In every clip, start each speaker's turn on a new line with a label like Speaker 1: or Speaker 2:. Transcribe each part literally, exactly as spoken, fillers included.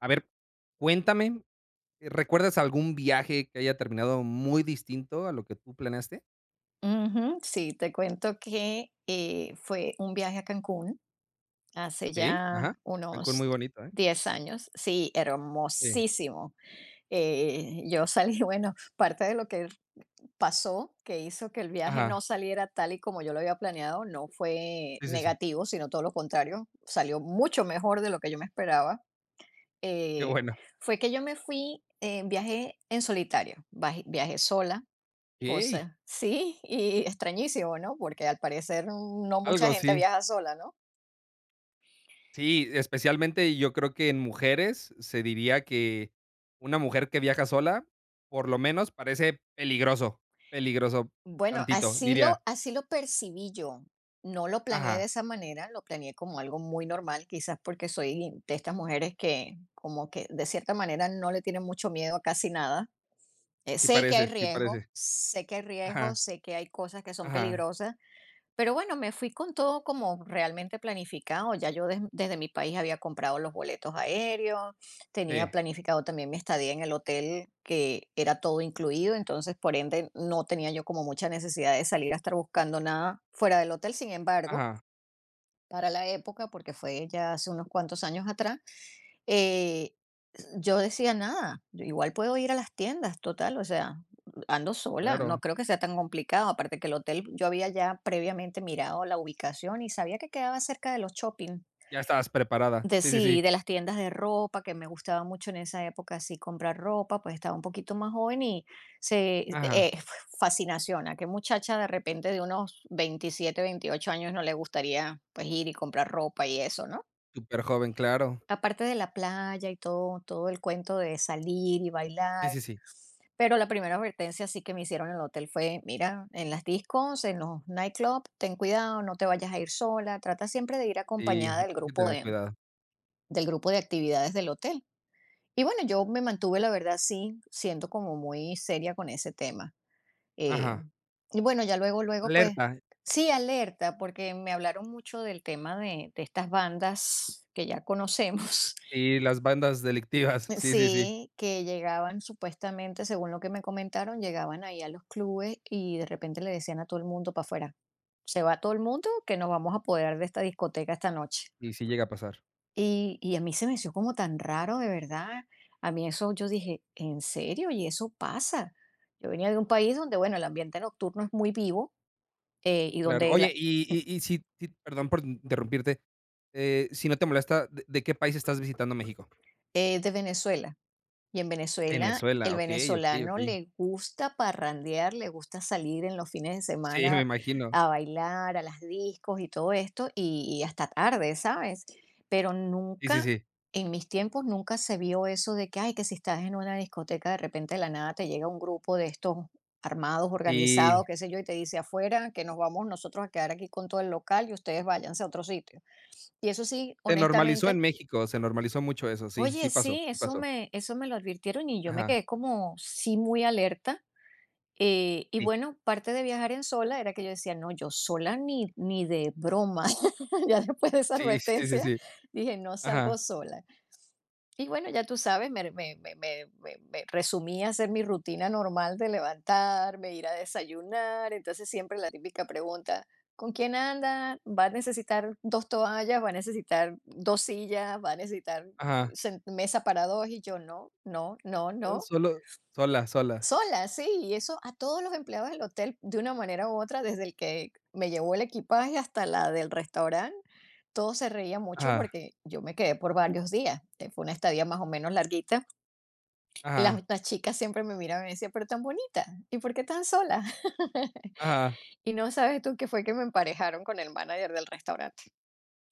Speaker 1: A ver, cuéntame, eh, ¿recuerdas algún viaje que haya terminado muy distinto a lo que tú planeaste?
Speaker 2: Ujú, sí, te cuento que, eh, fue un viaje a Cancún hace
Speaker 1: Sí, ajá.
Speaker 2: ya
Speaker 1: Cancún muy
Speaker 2: unos
Speaker 1: bonito, ¿eh?
Speaker 2: diez años. Sí,
Speaker 1: Sí,
Speaker 2: hermosísimo. Eh, yo salí, bueno, parte de lo que pasó, que hizo que el viaje no
Speaker 1: ajá.
Speaker 2: saliera tal y como yo lo había planeado, no fue
Speaker 1: Sí, sí, sí.
Speaker 2: negativo, sino todo lo contrario, salió mucho mejor de lo que yo me esperaba.
Speaker 1: Qué
Speaker 2: Eh,
Speaker 1: bueno.
Speaker 2: fue que yo me fui, eh, viajé en solitario, vaje- viajé sola,
Speaker 1: Okey,
Speaker 2: cosa. Sí, y extrañísimo, ¿no? Porque al parecer no mucha
Speaker 1: algo
Speaker 2: gente
Speaker 1: sí.
Speaker 2: viaja sola, ¿no?
Speaker 1: Sí, especialmente yo creo que en mujeres se diría que una mujer que viaja sola, por lo menos parece peligroso, peligroso
Speaker 2: Bueno,
Speaker 1: tantito,
Speaker 2: así lo,
Speaker 1: diría.
Speaker 2: así lo percibí yo. No lo planeé de
Speaker 1: Ajá,
Speaker 2: esa manera, lo planeé como algo muy normal, quizás porque soy de estas mujeres que como que de cierta manera no le tienen mucho miedo a casi nada. Eh,
Speaker 1: sí
Speaker 2: sé que hay
Speaker 1: parece, sí
Speaker 2: riesgo,
Speaker 1: parece.
Speaker 2: sé que hay riesgo,
Speaker 1: Ajá,
Speaker 2: sé que hay cosas que son
Speaker 1: ajá,
Speaker 2: peligrosas. Pero bueno, me fui con todo como realmente planificado. Ya yo des- desde mi país había comprado los boletos aéreos, tenía
Speaker 1: sí,
Speaker 2: planificado también mi estadía en el hotel, que era todo incluido, entonces por ende no tenía yo como mucha necesidad de salir a estar buscando nada fuera del hotel. Sin embargo,
Speaker 1: ajá,
Speaker 2: para la época, porque fue ya hace unos cuantos años atrás, eh, yo decía: "Nada, yo igual puedo ir a las tiendas, total, o sea, ando sola, no
Speaker 1: claro.
Speaker 2: creo que sea tan complicado". Aparte que el hotel, yo había ya previamente mirado la ubicación y sabía que quedaba cerca de los shopping,
Speaker 1: Ya estabas preparada.
Speaker 2: de
Speaker 1: Sí, sí, sí.
Speaker 2: sí, de las tiendas de ropa, que me gustaba mucho en esa época así comprar ropa, pues estaba un poquito más joven y se
Speaker 1: Ajá.
Speaker 2: eh, fascinación, a qué muchacha de repente de unos veintisiete veintiocho años no le gustaría, pues, ir y comprar ropa y eso, ¿no?
Speaker 1: Súper joven, claro.
Speaker 2: Aparte de la playa y todo todo el cuento de salir y
Speaker 1: Sí,
Speaker 2: bailar,
Speaker 1: sí, sí.
Speaker 2: pero la primera advertencia sí que me hicieron en el hotel fue: "Mira, en las discos, en los nightclub, ten cuidado, no te vayas a ir sola, trata siempre de ir
Speaker 1: Sí,
Speaker 2: acompañada
Speaker 1: hay
Speaker 2: del
Speaker 1: que
Speaker 2: grupo
Speaker 1: tener
Speaker 2: de
Speaker 1: cuidado.
Speaker 2: del grupo de actividades del hotel". Y bueno, yo me mantuve, la verdad, sí, siendo como muy seria con ese tema, eh,
Speaker 1: Ajá.
Speaker 2: y bueno, ya luego luego, pues,
Speaker 1: Alerta.
Speaker 2: sí, alerta, porque me hablaron mucho del tema de de estas bandas que ya conocemos.
Speaker 1: Y las bandas delictivas. Sí, sí, sí.
Speaker 2: Sí, que llegaban supuestamente, según lo que me comentaron, llegaban ahí a los clubes y de repente le decían a todo el mundo para afuera, se va todo el mundo que nos vamos a apoderar de esta discoteca esta noche.
Speaker 1: Y sí llega a pasar.
Speaker 2: Y, y a mí se me hizo como tan raro, de verdad. A mí eso yo dije, ¿en serio? ¿Y eso pasa? Yo venía de un país donde, bueno, el ambiente nocturno es muy vivo, eh, y
Speaker 1: Claro.
Speaker 2: donde la,
Speaker 1: Oye, y y y si si perdón por interrumpirte, eh, si no te molesta, ¿de de qué país estás visitando México?
Speaker 2: eh, de Venezuela. Y en Venezuela,
Speaker 1: Venezuela.
Speaker 2: el
Speaker 1: Okey, okey,
Speaker 2: venezolano
Speaker 1: okey.
Speaker 2: le gusta parrandear, le gusta salir en los fines de
Speaker 1: Sí, me
Speaker 2: semana
Speaker 1: imagino.
Speaker 2: a bailar, a las discos y todo esto, y, y hasta tarde, ¿sabes? Pero
Speaker 1: Sí, sí,
Speaker 2: nunca,
Speaker 1: sí.
Speaker 2: en mis tiempos, nunca se vio eso de que, ay, que si estás en una discoteca, de repente de la nada te llega un grupo de estos armados,
Speaker 1: Y
Speaker 2: organizados, qué sé yo, y te dice afuera que nos vamos nosotros a quedar aquí con todo el local y ustedes váyanse a otro sitio. Y eso sí,
Speaker 1: Se normalizó en
Speaker 2: honestamente.
Speaker 1: México, se normalizó mucho eso. Sí,
Speaker 2: Oye,
Speaker 1: sí pasó,
Speaker 2: sí,
Speaker 1: sí
Speaker 2: eso
Speaker 1: pasó.
Speaker 2: me, eso me lo advirtieron y yo me
Speaker 1: Ajá.
Speaker 2: quedé como sí muy alerta. Eh, y
Speaker 1: Sí.
Speaker 2: bueno, parte de viajar en sola era que yo decía, no, yo sola ni, ni de broma. Ya después de esa
Speaker 1: Sí, sí, sí,
Speaker 2: advertencia
Speaker 1: sí.
Speaker 2: dije, no salgo
Speaker 1: Ajá,
Speaker 2: sola. Y bueno, ya tú sabes, me me me me me me resumí a hacer mi rutina normal de levantarme, ir a desayunar. Entonces, siempre la típica pregunta: "¿Con quién anda? ¿Va a necesitar dos toallas? ¿Va a necesitar dos sillas? ¿Va a necesitar eh,
Speaker 1: ajá.
Speaker 2: sen mesa para dos?" Y yo: "No, no, no,
Speaker 1: No,
Speaker 2: no".
Speaker 1: solo sola, sola.
Speaker 2: Sola, sí, y eso a todos los empleados del hotel, de una manera u otra, desde el que me llevó el equipaje hasta la del restaurante, todos se reían mucho
Speaker 1: Ajá,
Speaker 2: porque yo me quedé por varios días. eh, Fue una estadía más o menos larguita. Y las,
Speaker 1: ajá.
Speaker 2: las chicas siempre me miraban y me decían, pero tan bonita, ¿y por qué tan sola?
Speaker 1: Ajá.
Speaker 2: Y no sabes tú que fue que me emparejaron con el manager del restaurante.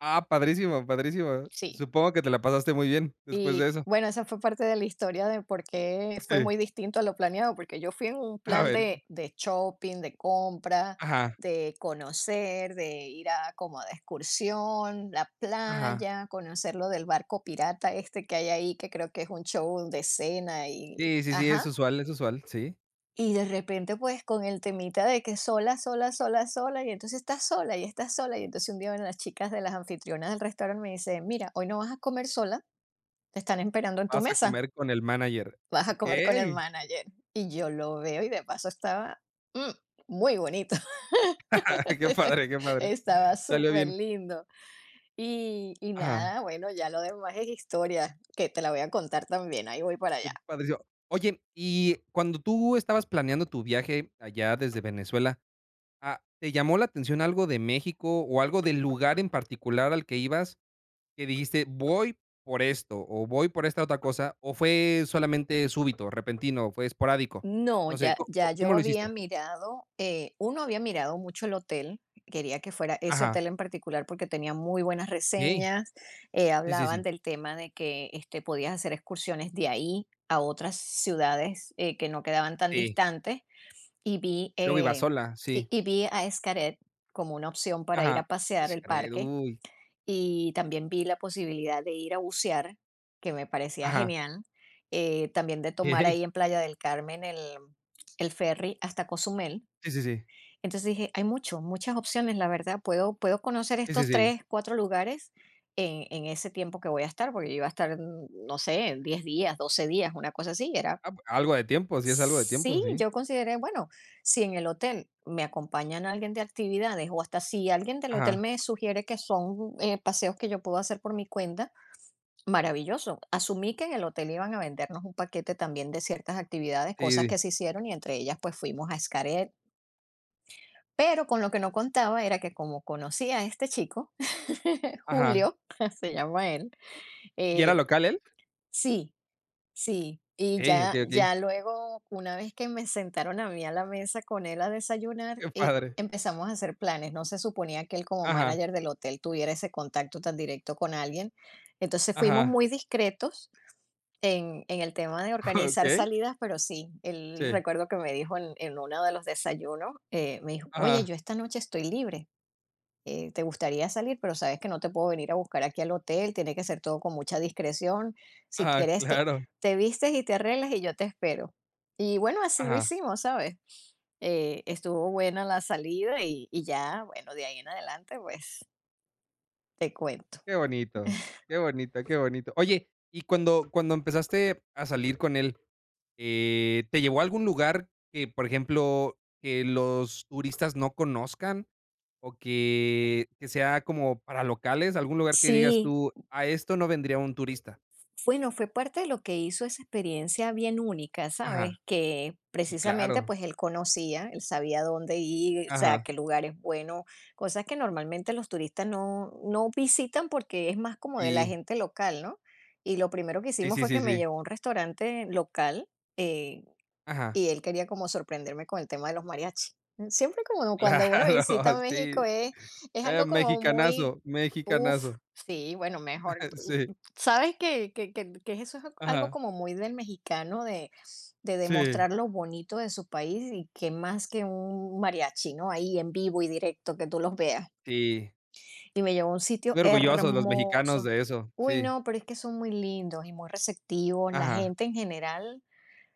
Speaker 1: Ah, padrísimo, padrísimo.
Speaker 2: Sí,
Speaker 1: Supongo que te la pasaste muy bien después de
Speaker 2: y
Speaker 1: eso.
Speaker 2: bueno, esa fue parte de la historia de por qué fue
Speaker 1: Sí.
Speaker 2: muy distinto a lo planeado, porque yo fui en un
Speaker 1: A
Speaker 2: plan
Speaker 1: ver.
Speaker 2: de, de shopping, de compra,
Speaker 1: Ajá,
Speaker 2: de conocer, de ir a como de excursión, la
Speaker 1: ajá.
Speaker 2: playa, conocer lo del barco pirata este que hay ahí, que creo que es un show de cena y
Speaker 1: Sí, sí, sí, es
Speaker 2: ajá.
Speaker 1: usual, es usual, sí.
Speaker 2: Y de repente pues con el temita de que sola, sola, sola, sola, y entonces estás sola y estás sola. Y entonces un día una de las chicas de las anfitrionas del restaurante me dice, mira, hoy no vas a comer sola, te están esperando en tu
Speaker 1: Vas a
Speaker 2: mesa,
Speaker 1: comer con el manager.
Speaker 2: vas a comer con el
Speaker 1: Okey.
Speaker 2: manager. Y yo lo veo y de paso estaba mm, muy bonito.
Speaker 1: Qué padre, qué padre.
Speaker 2: Estaba
Speaker 1: Salió
Speaker 2: súper
Speaker 1: bien.
Speaker 2: lindo. Y, y
Speaker 1: Ajá.
Speaker 2: nada, bueno, ya lo demás es historia, que te la voy a contar también. Ahí voy para
Speaker 1: Qué
Speaker 2: allá.
Speaker 1: padrísimo. Oye, y cuando tú estabas planeando tu viaje allá desde Venezuela, ah, ¿te llamó la atención algo de México o algo del lugar en particular al que ibas? Que dijiste: "Voy por esto, o voy por esta otra cosa", o fue solamente súbito, repentino, fue esporádico.
Speaker 2: No,
Speaker 1: No sé,
Speaker 2: ya,
Speaker 1: ¿có có
Speaker 2: ya
Speaker 1: cómo
Speaker 2: yo
Speaker 1: lo
Speaker 2: había
Speaker 1: hiciste?
Speaker 2: mirado, eh, uno había mirado mucho el hotel, quería que fuera ese
Speaker 1: Ajá,
Speaker 2: hotel en particular porque tenía muy buenas
Speaker 1: okey.
Speaker 2: reseñas, eh,
Speaker 1: Sí, sí,
Speaker 2: hablaban
Speaker 1: sí.
Speaker 2: del tema de que este, podías hacer excursiones de ahí a otras ciudades, eh, que no quedaban tan
Speaker 1: Sí.
Speaker 2: distantes y vi,
Speaker 1: Luego iba
Speaker 2: eh,
Speaker 1: sola, sí.
Speaker 2: y, y vi a Escaret como una opción para ir
Speaker 1: Ajá.
Speaker 2: a pasear
Speaker 1: Es
Speaker 2: el
Speaker 1: que,
Speaker 2: parque,
Speaker 1: uy.
Speaker 2: y también vi la posibilidad de ir a bucear, que me parecía
Speaker 1: Ajá,
Speaker 2: genial, eh, también de tomar
Speaker 1: okey.
Speaker 2: ahí en Playa del Carmen el, el ferry hasta Cozumel.
Speaker 1: Sí, sí, sí.
Speaker 2: Entonces dije, hay mucho, muchas opciones, la verdad, puedo, puedo conocer
Speaker 1: Sí, sí,
Speaker 2: estos
Speaker 1: sí.
Speaker 2: tres, cuatro lugares en, en ese tiempo que voy a estar, porque yo iba a estar, mm, no sé, diez días, doce días, una cosa así, era.
Speaker 1: Ah, pu- algo de tiempo, sí es algo de tiempo,
Speaker 2: Sí,
Speaker 1: sí.
Speaker 2: yo consideré, bueno, si en el hotel me acompañan alguien de actividades o hasta si alguien del hotel
Speaker 1: Ajá.
Speaker 2: me sugiere que son eh, paseos que yo puedo hacer por mi cuenta, maravilloso. Asumí que en el hotel iban a vendernos un paquete también de ciertas actividades, cosas
Speaker 1: Sí, sí.
Speaker 2: que se hicieron y entre ellas pues fuimos a Xcaret. Pero con lo que no contaba era que como conocía a este chico,
Speaker 1: Ajá.
Speaker 2: Julio, se llama él,
Speaker 1: ¿Y era
Speaker 2: eh,
Speaker 1: local él?
Speaker 2: sí. Sí, y
Speaker 1: Okey, ok,
Speaker 2: ya
Speaker 1: ok.
Speaker 2: ya luego, una vez que me sentaron a mí a la mesa con él a desayunar,
Speaker 1: Qué
Speaker 2: y
Speaker 1: padre.
Speaker 2: empezamos a hacer planes. No se suponía que él, como
Speaker 1: Ajá,
Speaker 2: manager del hotel, tuviera ese contacto tan directo con alguien. Entonces, fuimos
Speaker 1: ajá.
Speaker 2: muy discretos en en el tema de
Speaker 1: Ok.
Speaker 2: organizar salidas, pero sí, él
Speaker 1: Sí.
Speaker 2: recuerdo que me dijo en en uno de los desayunos, eh, me dijo: "Oye,
Speaker 1: Ajá,
Speaker 2: yo esta noche estoy libre, eh, te gustaría salir, pero sabes que no te puedo venir a buscar aquí al hotel, tiene que ser todo con mucha discreción. Si
Speaker 1: ajá,
Speaker 2: quieres, te,
Speaker 1: claro.
Speaker 2: te vistes y te arreglas y yo te espero". Y bueno, así lo
Speaker 1: Ajá.
Speaker 2: hicimos, ¿sabes? Eh, estuvo buena la salida y, y ya, bueno, de ahí en adelante, pues te cuento.
Speaker 1: Qué bonito, qué bonito, qué bonito. Oye, y cuando cuando empezaste a salir con él, eh, ¿te llevó a algún lugar que, por ejemplo, que los turistas no conozcan o que que sea como para locales? ¿Algún lugar que digas
Speaker 2: Sí,
Speaker 1: tú: "A esto no vendría un turista"?
Speaker 2: bueno, fue parte de lo que hizo esa experiencia bien única,
Speaker 1: Ajá,
Speaker 2: ¿sabes? Que
Speaker 1: sí,
Speaker 2: precisamente
Speaker 1: claro.
Speaker 2: pues él conocía, él sabía dónde ir, o sea,
Speaker 1: Ajá,
Speaker 2: qué lugar es bueno, cosas que normalmente los turistas no, no visitan porque es más como de la
Speaker 1: sí.
Speaker 2: gente local, ¿no? Y lo primero que
Speaker 1: Sí,
Speaker 2: hicimos
Speaker 1: sí,
Speaker 2: fue que
Speaker 1: sí,
Speaker 2: me
Speaker 1: sí.
Speaker 2: llevó a un restaurante local, eh,
Speaker 1: Ajá,
Speaker 2: y él quería como sorprenderme con el tema de los mariachi. Siempre como cuando uno
Speaker 1: claro,
Speaker 2: visita
Speaker 1: sí.
Speaker 2: México es, es
Speaker 1: Eh,
Speaker 2: algo como muy...
Speaker 1: mexicanazo,
Speaker 2: Uf,
Speaker 1: mexicanazo.
Speaker 2: sí, bueno, mejor. tú-
Speaker 1: Sí,
Speaker 2: Sabes que, que, que- que eso es algo
Speaker 1: ajá,
Speaker 2: como muy del mexicano de, de
Speaker 1: sí,
Speaker 2: demostrar lo bonito de su país y que más que un mariachi, ¿no? Ahí en vivo y directo, que tú los veas.
Speaker 1: sí.
Speaker 2: Y me llevó a un sitio
Speaker 1: Muy orgullosos los mexicanos
Speaker 2: hermoso.
Speaker 1: de eso,
Speaker 2: Uy,
Speaker 1: sí,
Speaker 2: no, pero es que son muy lindos y muy receptivos. La
Speaker 1: ajá,
Speaker 2: gente en general,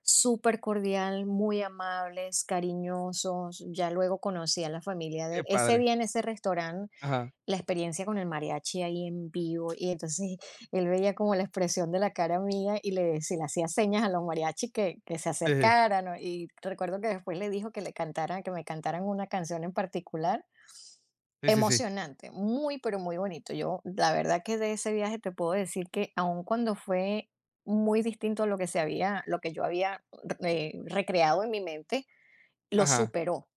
Speaker 2: súper cordial, muy amables, cariñosos. Ya luego conocí a la familia de
Speaker 1: qué
Speaker 2: él. Ese
Speaker 1: padre,
Speaker 2: día en ese restaurante
Speaker 1: ajá,
Speaker 2: la experiencia con el mariachi ahí en vivo, y entonces él veía como la expresión de la cara mía y le, se le hacía señas a los mariachis que, que se
Speaker 1: sí,
Speaker 2: acercaran, ¿no? Y recuerdo que después le dijo que le cantaran, que me cantaran una canción en particular.
Speaker 1: sí, sí, sí,
Speaker 2: Emocionante, muy pero muy bonito. Yo la verdad que de ese viaje te puedo decir que aun cuando fue muy distinto a lo que se había, lo que yo había eh, recreado en mi mente, lo
Speaker 1: ajá,
Speaker 2: superó.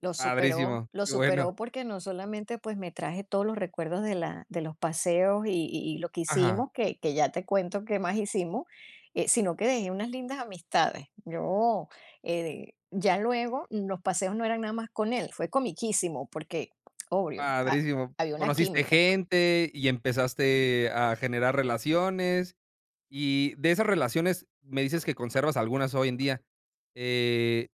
Speaker 2: lo superó,
Speaker 1: padrísimo,
Speaker 2: Lo
Speaker 1: qué bueno,
Speaker 2: superó porque no solamente, pues, me traje todos los recuerdos de la de los paseos y y y lo que
Speaker 1: ajá,
Speaker 2: hicimos, que que ya te cuento qué más hicimos. Eh, sino que dejé unas lindas amistades. Yo, eh, ya luego los paseos no eran nada más con él. Fue comiquísimo porque, obvio, ha
Speaker 1: padrísimo.
Speaker 2: había una
Speaker 1: Conociste
Speaker 2: química.
Speaker 1: gente y empezaste a generar relaciones, y de esas relaciones me dices que conservas algunas hoy en día, eh,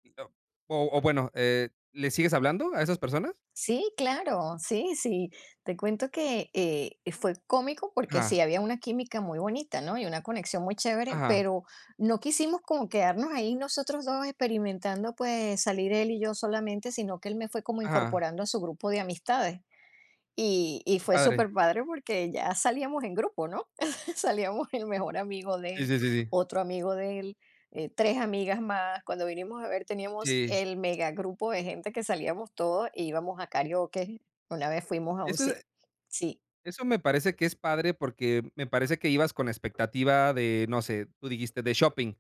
Speaker 1: o o bueno, eh, ¿le sigues hablando a esas personas?
Speaker 2: Sí, claro, sí, sí. Te cuento que eh, eh, fue cómico porque sí,
Speaker 1: Ajá,
Speaker 2: había una química muy bonita, ¿no? Y una conexión muy chévere,
Speaker 1: ajá,
Speaker 2: pero no quisimos como quedarnos ahí nosotros dos experimentando, pues salir él y yo solamente, sino que él me fue como
Speaker 1: ajá,
Speaker 2: incorporando a su grupo de amistades. Y, y
Speaker 1: qué
Speaker 2: fue súper
Speaker 1: padre,
Speaker 2: padre porque ya salíamos en grupo, ¿no? Salíamos el mejor amigo de
Speaker 1: sí,
Speaker 2: él,
Speaker 1: sí, sí, sí,
Speaker 2: otro amigo de él, eh, tres amigas más. Cuando vinimos a ver, teníamos
Speaker 1: sí,
Speaker 2: el megagrupo de gente que salíamos todos e íbamos a karaoke. Una vez fuimos a un
Speaker 1: eso.
Speaker 2: sí. Sí,
Speaker 1: Eso me parece que es padre, porque me parece que ibas con la expectativa de, no sé, tú dijiste de shopping,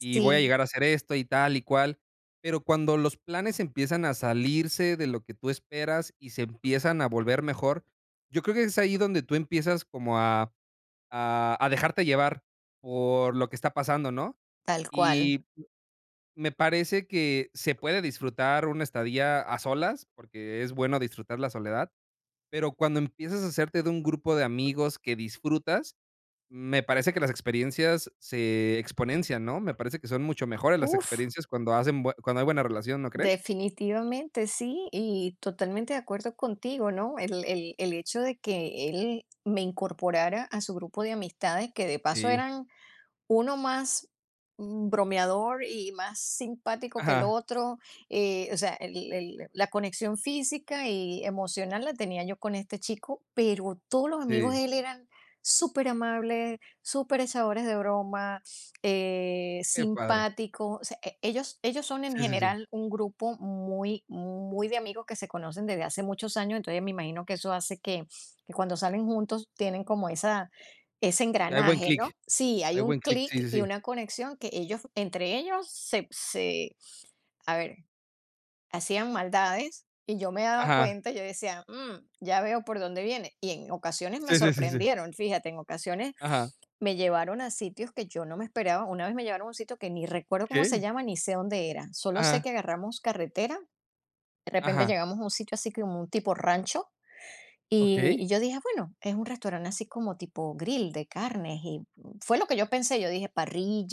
Speaker 1: y voy a
Speaker 2: sí,
Speaker 1: llegar a hacer esto y tal y cual, pero cuando los planes empiezan a salirse de lo que tú esperas y se empiezan a volver mejor, yo creo que es ahí donde tú empiezas como a a a dejarte llevar por lo que está pasando, ¿no?
Speaker 2: tal cual.
Speaker 1: Y me parece que se puede disfrutar una estadía a solas, porque es bueno disfrutar la soledad, pero cuando empiezas a hacerte de un grupo de amigos que disfrutas, me parece que las experiencias se exponencian, ¿no? Me parece que son mucho mejores las
Speaker 2: Uf,
Speaker 1: experiencias cuando hacen bue cuando hay buena relación, ¿no crees?
Speaker 2: definitivamente sí, y totalmente de acuerdo contigo, ¿no? El, el, el hecho de que él me incorporara a su grupo de amistades, que de paso
Speaker 1: Sí.
Speaker 2: eran uno más mm, bromeador y más simpático que el
Speaker 1: Ajá.
Speaker 2: otro. Eh, o sea, el el la conexión física y emocional la tenía yo con este chico, pero todos los amigos
Speaker 1: Sí.
Speaker 2: de él eran súper amables, superamables, superechadores de broma, eh,
Speaker 1: Qué padre.
Speaker 2: simpáticos. O sea, e ellos ellos son en
Speaker 1: Sí, sí, sí.
Speaker 2: general un grupo muy muy de amigos que se conocen desde hace muchos años, entonces me imagino que eso hace que que cuando salen juntos tienen como esa ese
Speaker 1: Y hay buen
Speaker 2: engranaje,
Speaker 1: clic.
Speaker 2: ¿no? Sí, hay
Speaker 1: Hay
Speaker 2: un
Speaker 1: buen clic. Sí,
Speaker 2: clic
Speaker 1: sí,
Speaker 2: y
Speaker 1: sí.
Speaker 2: una conexión que ellos, entre ellos, se, se, a ver, hacían maldades y yo me daba
Speaker 1: Ajá.
Speaker 2: cuenta. Yo decía: "Mm, ya veo por dónde viene". Y en ocasiones me
Speaker 1: Sí, sí, sí, sí.
Speaker 2: sorprendieron, fíjate. En ocasiones
Speaker 1: Ajá.
Speaker 2: me llevaron a sitios que yo no me esperaba. Una vez me llevaron a un sitio que ni recuerdo cómo se
Speaker 1: ¿Qué?
Speaker 2: llama ni sé dónde era. Solo sé
Speaker 1: Ajá.
Speaker 2: que agarramos carretera, de repente
Speaker 1: Ajá.
Speaker 2: llegamos a un sitio así como un tipo rancho,
Speaker 1: ¿Ok?
Speaker 2: y y yo dije: "Bueno, es un restaurante así como tipo grill de carnes", y fue lo que yo pensé. Yo dije: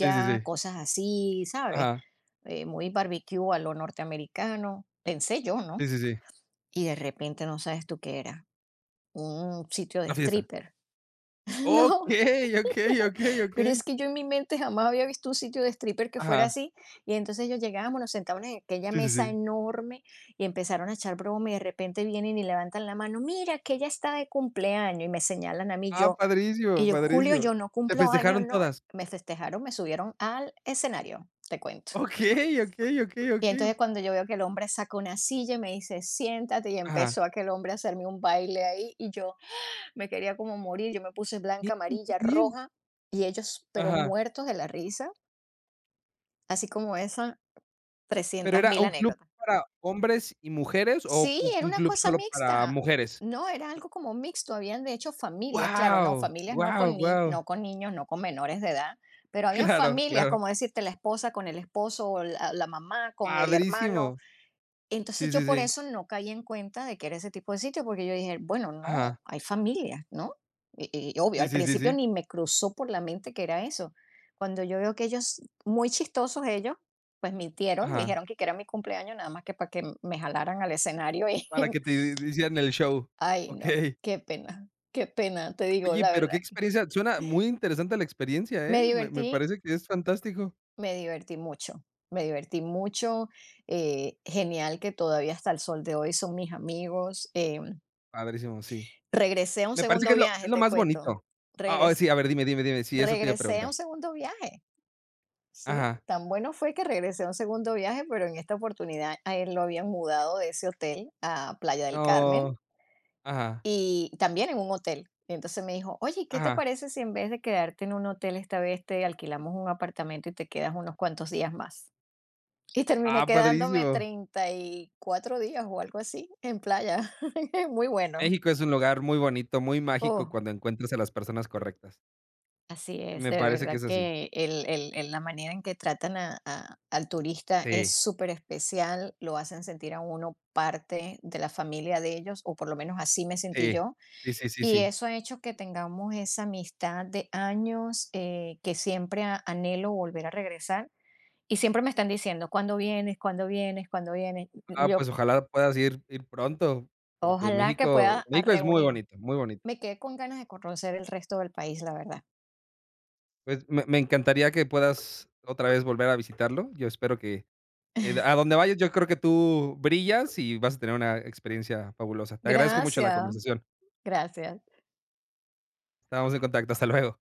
Speaker 1: Sí, sí, sí.
Speaker 2: cosas así", ¿sabes?
Speaker 1: Ajá.
Speaker 2: Eh, muy barbecue a lo norteamericano, pensé yo, ¿no?
Speaker 1: Sí, sí, sí.
Speaker 2: Y de repente no sabes tú qué era, un sitio de
Speaker 1: La fiesta.
Speaker 2: stripper. No,
Speaker 1: Okey, okey, okey,
Speaker 2: pero
Speaker 1: okey.
Speaker 2: es que yo en mi mente jamás había visto un sitio de stripper que fuera
Speaker 1: Ajá.
Speaker 2: así, y entonces yo llegábamos, nos sentábamos en aquella
Speaker 1: Sí, sí,
Speaker 2: mesa
Speaker 1: sí.
Speaker 2: enorme y empezaron a echar broma, y de repente vienen y levantan la mano: "Mira, que ella está de cumpleaños", y me señalan a mí.
Speaker 1: Ah,
Speaker 2: Yo y
Speaker 1: padrísimo,
Speaker 2: yo, Julio,
Speaker 1: padrísimo.
Speaker 2: yo no
Speaker 1: ¿Te
Speaker 2: cumplo años,
Speaker 1: festejaron
Speaker 2: no.
Speaker 1: todas?
Speaker 2: Me festejaron, me subieron al escenario, te cuento.
Speaker 1: Okey, okey, okey,
Speaker 2: Y
Speaker 1: okey.
Speaker 2: entonces cuando yo veo que el hombre saca una silla y me dice, siéntate, y
Speaker 1: Ajá.
Speaker 2: empezó aquel hombre a hacerme un baile ahí, y yo me quería como morir. Yo me puse
Speaker 1: Bien,
Speaker 2: blanca,
Speaker 1: muy
Speaker 2: amarilla,
Speaker 1: bien.
Speaker 2: roja, y ellos, pero
Speaker 1: Ajá.
Speaker 2: muertos de la risa, así como esas
Speaker 1: ¿Pero
Speaker 2: trescientas
Speaker 1: era
Speaker 2: mil
Speaker 1: un club
Speaker 2: anécdotas.
Speaker 1: para hombres y mujeres o
Speaker 2: Sí,
Speaker 1: u
Speaker 2: era
Speaker 1: un
Speaker 2: una
Speaker 1: club
Speaker 2: cosa
Speaker 1: solo para
Speaker 2: mixta.
Speaker 1: mujeres?
Speaker 2: No, era algo como mixto. Habían de hecho familias, claro. No,
Speaker 1: Guau,
Speaker 2: familias no
Speaker 1: guau,
Speaker 2: con ni-
Speaker 1: guau.
Speaker 2: no con niños, no con menores de edad, pero habían
Speaker 1: Claro,
Speaker 2: familias,
Speaker 1: claro.
Speaker 2: como decirte, la esposa con el esposo, o la, la mamá con el hermano.
Speaker 1: Padrísimo.
Speaker 2: Entonces
Speaker 1: Sí,
Speaker 2: yo
Speaker 1: sí,
Speaker 2: por
Speaker 1: sí.
Speaker 2: eso no caí en cuenta de que era ese tipo de sitio, porque yo dije: bueno, no,
Speaker 1: Ajá.
Speaker 2: hay familias, ¿no? Y, y obvio,
Speaker 1: Sí,
Speaker 2: al
Speaker 1: sí, sí,
Speaker 2: principio
Speaker 1: sí.
Speaker 2: ni me cruzó por la mente que era eso. Cuando yo veo que ellos, muy chistosos ellos, pues mintieron,
Speaker 1: Ajá.
Speaker 2: dijeron que que era mi cumpleaños, nada más que para que m- me jalaran al escenario y,
Speaker 1: Para que te hi hicieran el show.
Speaker 2: ay, no,
Speaker 1: Okey.
Speaker 2: qué pena, qué pena. Te digo
Speaker 1: Oye,
Speaker 2: la
Speaker 1: pero qué
Speaker 2: verdad que
Speaker 1: experiencia, suena muy interesante la experiencia,
Speaker 2: me
Speaker 1: ¿eh? Me me
Speaker 2: divertí,
Speaker 1: parece que es fantástico.
Speaker 2: me divertí mucho, me divertí mucho. Eh, genial que todavía hasta el sol de hoy son mis amigos. eh,
Speaker 1: Padrísimo, sí.
Speaker 2: Regresé a un
Speaker 1: Me parece
Speaker 2: segundo
Speaker 1: que es lo
Speaker 2: viaje,
Speaker 1: es lo
Speaker 2: te
Speaker 1: más
Speaker 2: cuento.
Speaker 1: bonito. Ah, oh,
Speaker 2: Regres
Speaker 1: sí, a ver, dime, dime, dime. Sí, eso te iba a
Speaker 2: Regresé a un
Speaker 1: preguntar.
Speaker 2: segundo viaje, sí.
Speaker 1: Ajá.
Speaker 2: Tan bueno fue que regresé a un segundo viaje, pero en esta oportunidad a él lo habían mudado de ese hotel a Playa del Carmen
Speaker 1: No. Ajá,
Speaker 2: y también en un hotel. Y entonces me dijo: oye, ¿qué te
Speaker 1: ajá.
Speaker 2: parece si en vez de quedarte en un hotel esta vez te alquilamos un apartamento y te quedas unos cuantos días más? Y terminé
Speaker 1: Ah,
Speaker 2: quedándome
Speaker 1: padrísimo.
Speaker 2: treinta y cuatro días o algo así en playa. Muy bueno.
Speaker 1: México es un lugar muy bonito, muy mágico
Speaker 2: Oh,
Speaker 1: cuando encuentras a las personas correctas.
Speaker 2: así es,
Speaker 1: Me
Speaker 2: de
Speaker 1: parece que
Speaker 2: verdad
Speaker 1: es así.
Speaker 2: que el el el la manera en que tratan a a al turista es
Speaker 1: Sí,
Speaker 2: súper especial. Lo hacen sentir a uno parte de la familia de ellos, o por lo menos así me sentí
Speaker 1: sí.
Speaker 2: yo,
Speaker 1: Sí, sí, sí,
Speaker 2: y
Speaker 1: sí.
Speaker 2: eso ha hecho que tengamos esa amistad de años. Eh, que siempre a anhelo volver a regresar, y siempre me están diciendo: "¿Cuándo vienes? ¿Cuándo vienes? ¿Cuándo vienes?".
Speaker 1: Ah,
Speaker 2: yo,
Speaker 1: pues ojalá puedas ir ir pronto, porque
Speaker 2: Ojalá que
Speaker 1: México
Speaker 2: pueda a
Speaker 1: México es muy
Speaker 2: reunir.
Speaker 1: bonito, muy bonito.
Speaker 2: Me quedé con ganas de conocer el resto del país, la verdad.
Speaker 1: Pues me me encantaría que puedas otra vez volver a visitarlo. Yo espero que... Eh, a donde vayas, yo creo que tú brillas y vas a tener una experiencia fabulosa. Te agradezco mucho la
Speaker 2: Gracias,
Speaker 1: conversación.
Speaker 2: gracias.
Speaker 1: Estamos en contacto. Hasta luego.